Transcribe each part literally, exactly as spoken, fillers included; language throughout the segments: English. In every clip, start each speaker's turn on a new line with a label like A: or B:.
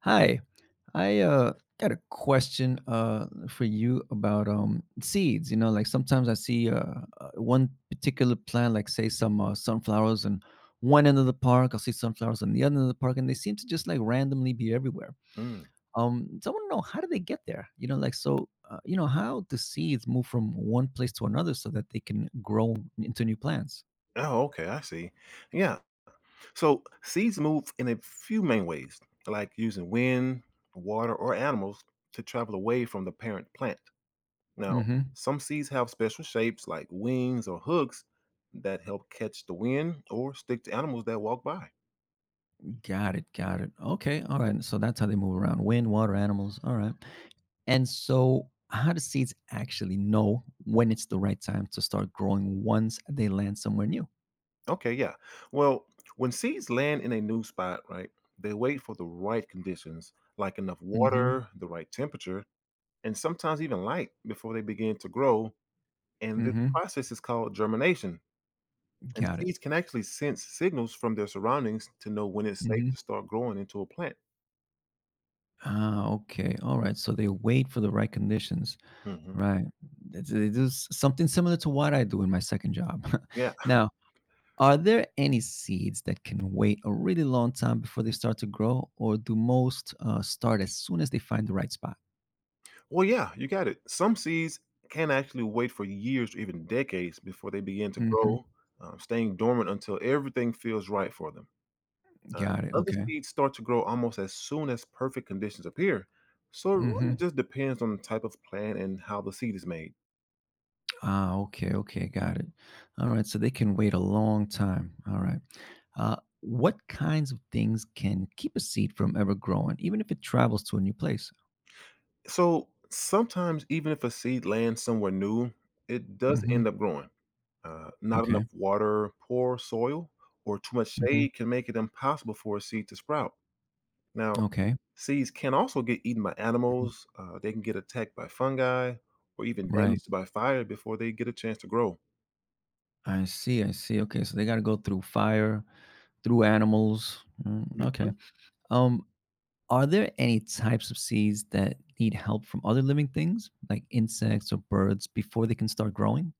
A: Hi, I uh, got a question uh, for you about um, seeds. You know, like sometimes I see uh, uh, one particular plant, like say some uh, sunflowers, and one end of the park, I'll see sunflowers on the other end of the park, and they seem to just like randomly be everywhere.
B: Mm.
A: Um, so I want to know how do they get there? You know, like so, uh, you know, how the seeds move from one place to another so that they can grow into new plants.
B: Oh, okay, I see. Yeah. So seeds move in a few main ways, like using wind, water, or animals to travel away from the parent plant. Now,
A: Mm-hmm.
B: some seeds have special shapes like wings or hooks that help catch the wind or stick to animals that walk by.
A: Got it. Got it. Okay. All right. So that's how they move around: wind, water, animals. All right. And so, how do seeds actually know when it's the right time to start growing once they land somewhere new?
B: Okay, yeah. Well, when seeds land in a new spot, right, they wait for the right conditions, like enough
A: Hmm
B: water, the right temperature, and sometimes even light before they begin to grow. And this
A: hmm
B: process is called germination. And
A: Got it.
B: seeds can actually sense signals from their surroundings to know when it's safe to
A: Hmm
B: start growing into a plant.
A: Ah, okay. All right. So they wait for the right conditions.
B: Hmm.
A: Right. That's- It is something similar to what I do in my second job.
B: Yeah.
A: Now, are there any seeds that can wait a really long time before they start to grow, or do most uh, start as soon as they find the right spot?
B: Well, yeah, you got it. Some seeds can actually wait for years or even decades before they begin to
A: Hmm
B: grow, um, staying dormant until everything feels right for them. Uh,
A: Got it.
B: Other
A: Okay.
B: seeds start to grow almost as soon as perfect conditions appear. So it
A: Mm-hmm.
B: really just depends on the type of plant and how the seed is made.
A: Ah, okay, okay, got it. All right, so they can wait a long time. All right. Uh, what kinds of things can keep a seed from ever growing, even if it travels to a new place?
B: So sometimes, even if a seed lands somewhere new, it does
A: Hmm
B: end up growing. Uh, not enough
A: Okay.
B: water, poor soil, or too much
A: hmm
B: shade can make it impossible for a seed to sprout. Now,
A: Okay.
B: seeds can also get eaten by
A: Mhm.
B: animals. Uh, they can get attacked by fungi or even
A: Right.
B: damaged by fire before they get a chance to grow.
A: I see. I see. Okay, so they got to go through fire, through animals. Mm, okay. Um, are there any types of seeds that need help from other living things, like insects or birds, before they can start growing?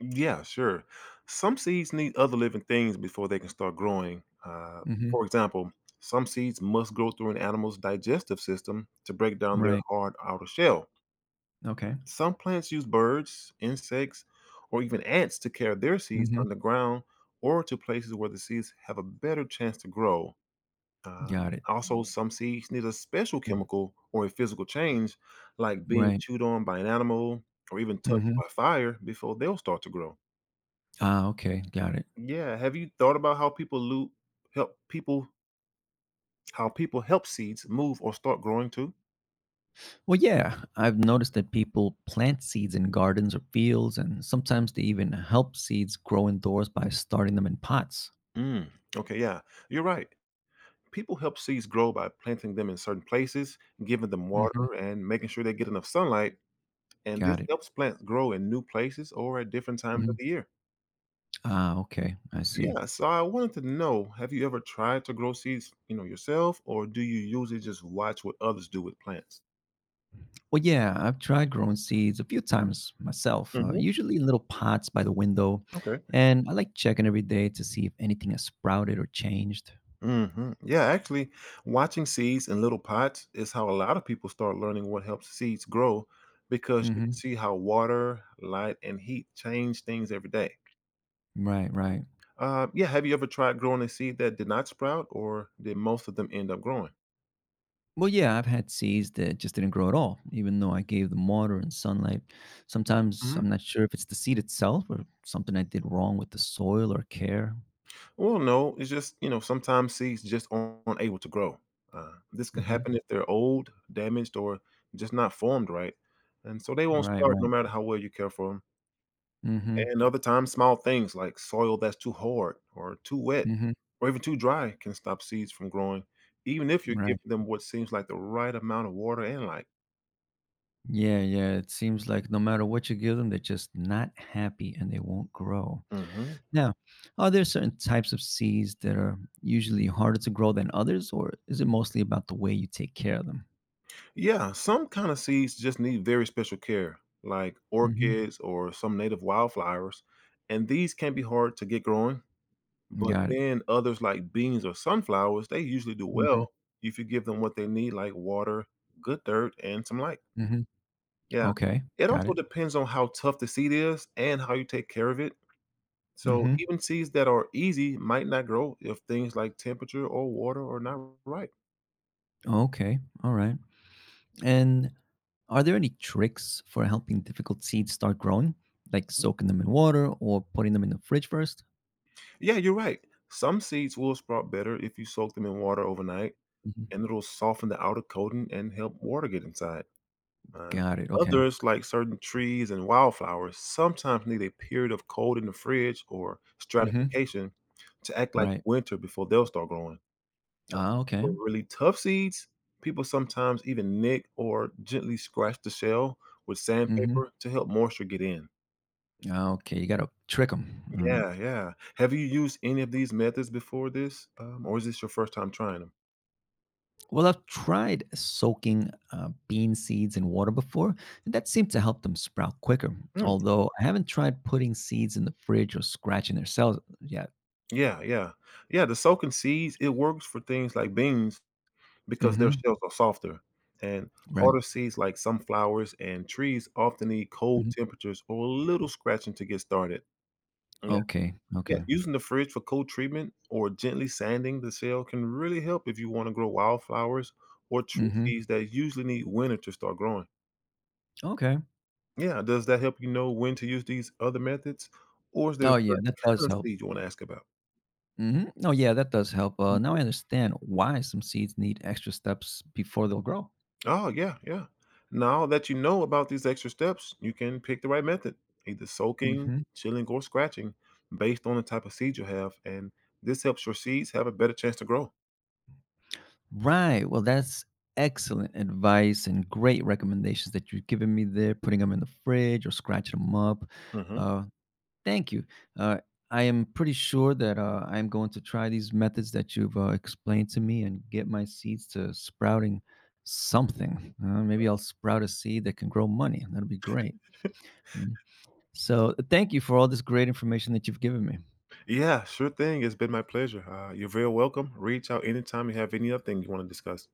B: Yeah, sure. Some seeds need other living things before they can start growing. Uh,
A: Hmm
B: for example, some seeds must go through an animal's digestive system to break down their
A: Right.
B: hard outer shell.
A: Okay.
B: Some plants use birds, insects, or even ants to carry their seeds
A: hmm
B: underground or to places where the seeds have a better chance to grow. Uh,
A: Got it.
B: Also, some seeds need a special
A: Mm,
B: chemical or a physical change, like being
A: Right.
B: chewed on by an animal or even touched
A: hmm
B: by fire, before they'll start to grow.
A: Ah, okay. Got it.
B: Yeah, have you thought about how people loop help people how people help seeds move or start growing too?
A: Well, yeah, I've noticed that people plant seeds in gardens or fields, and sometimes they even help seeds grow indoors by starting them in pots.
B: Mm. Okay, yeah, you're right. People help seeds grow by planting them in certain places, giving them
A: Hmm
B: water, and making sure they get enough sunlight. And this
A: Got it.
B: helps plants grow in new places or at different times of
A: Hmm
B: the year.
A: Ah, okay. I see.
B: Yeah, so I wanted to know, have you ever tried to grow seeds, you know, yourself, or do you usually just watch what others do with plants?
A: Well, yeah, I've tried growing seeds a few times myself, uh,
B: Hmm.
A: usually in little pots by the window,
B: Okay.
A: and I like checking every day to see if anything has sprouted or changed.
B: Hmm. Yeah, actually, watching seeds in little pots is how a lot of people start learning what helps seeds grow because you can
A: Hmm
B: see how water, light, and heat change things every day.
A: Right, right.
B: Uh, yeah, have you ever tried growing a seed that did not sprout, or did most of them end up growing?
A: Well, yeah, I've had seeds that just didn't grow at all, even though I gave them water and sunlight. Sometimes
B: Hmm.
A: I'm not sure if it's the seed itself or something I did wrong with the soil or care.
B: Well, no, it's just, you know, sometimes seeds just aren't able to grow. Uh, this can
A: Hmm
B: happen if they're old, damaged, or just not formed right. And so they won't
A: Right,
B: sprout no
A: right.
B: matter how well you care for them.
A: hmm
B: And other times, small things like soil that's too hard or too wet
A: hmm
B: or even too dry can stop seeds from growing, even if you're
A: Right.
B: giving them what seems like the right amount of water and light.
A: Yeah, yeah. It seems like no matter what you give them, they're just not happy and they won't grow.
B: Hmm.
A: Now, are there certain types of seeds that are usually harder to grow than others, or is it mostly about the way you take care of them?
B: Yeah, some kind of seeds just need very special care, like
A: Hmm
B: orchids or some native wildflowers, and these can be hard to get growing. But
A: Got it.
B: then others like beans or sunflowers, they usually do
A: Hmm
B: well if you give them what they need, like water, good dirt, and some light.
A: hmm
B: Yeah.
A: Okay,
B: It
A: got
B: also
A: it.
B: depends on how tough the seed is and how you take care of it. So
A: Hmm
B: even seeds that are easy might not grow if things like temperature or water are not right.
A: Okay. All right. And are there any tricks for helping difficult seeds start growing, like
B: Mm.
A: soaking them in water or putting them in the fridge first?
B: Yeah, you're right. Some seeds will sprout better if you soak them in water overnight,
A: Hmm
B: and it'll soften the outer coating and help water get inside. And
A: Got it. Okay.
B: others, like certain trees and wildflowers, sometimes need a period of cold in the fridge or
A: hmm
B: stratification to act like
A: Right.
B: winter before they'll start growing. Uh,
A: Ah,
B: For
A: okay.
B: really tough seeds, people sometimes even nick or gently scratch the shell with
A: hmm
B: sandpaper to help moisture get in.
A: Okay. You got to trick them.
B: Yeah, yeah. Have you used any of these methods before this, um, or is this your first time trying them?
A: Well, I've tried soaking uh, bean seeds in water before, and that seemed to help them sprout quicker.
B: Mm,
A: Although I haven't tried putting seeds in the fridge or scratching their cells yet.
B: yeah, yeah, yeah. The soaking seeds it works for things like beans because their
A: Hmm
B: shells are softer, and
A: Right.
B: harder seeds like sunflowers and trees often need cold
A: Mhm.
B: temperatures or a little scratching to get started.
A: Okay.
B: Yeah,
A: Okay.
B: using the fridge for cold treatment or gently sanding the soil can really help if you want to grow wildflowers or tree
A: hmm
B: seeds that usually need winter to start growing.
A: Okay.
B: Yeah, does that help you know when to use these other methods? Or is there a
A: Oh, yeah,
B: certain
A: that
B: kind
A: does
B: of
A: help.
B: seed you want to ask about?
A: Mhm. Oh, yeah, that does help. Uh, now
B: Mhm.
A: I understand why some seeds need extra steps before they'll grow.
B: Oh, yeah, yeah. Now that you know about these extra steps, you can pick the right method, either soaking,
A: Mhm.
B: chilling, or scratching, based on the type of seed you have. And this helps your seeds have a better chance to grow.
A: Right. Well, that's excellent advice and great recommendations that you've given me there, putting them in the fridge or scratching them up.
B: Hmm.
A: Uh, thank you. Uh, I am pretty sure that uh, I'm going to try these methods that you've uh, explained to me and get my seeds to sprouting something. Uh, maybe I'll sprout a seed that can grow money. That'll be great. Um, So thank you for all this great information that you've given me.
B: Yeah, sure thing. It's been my pleasure. Uh, you're very welcome. Reach out anytime you have any other thing you want to discuss.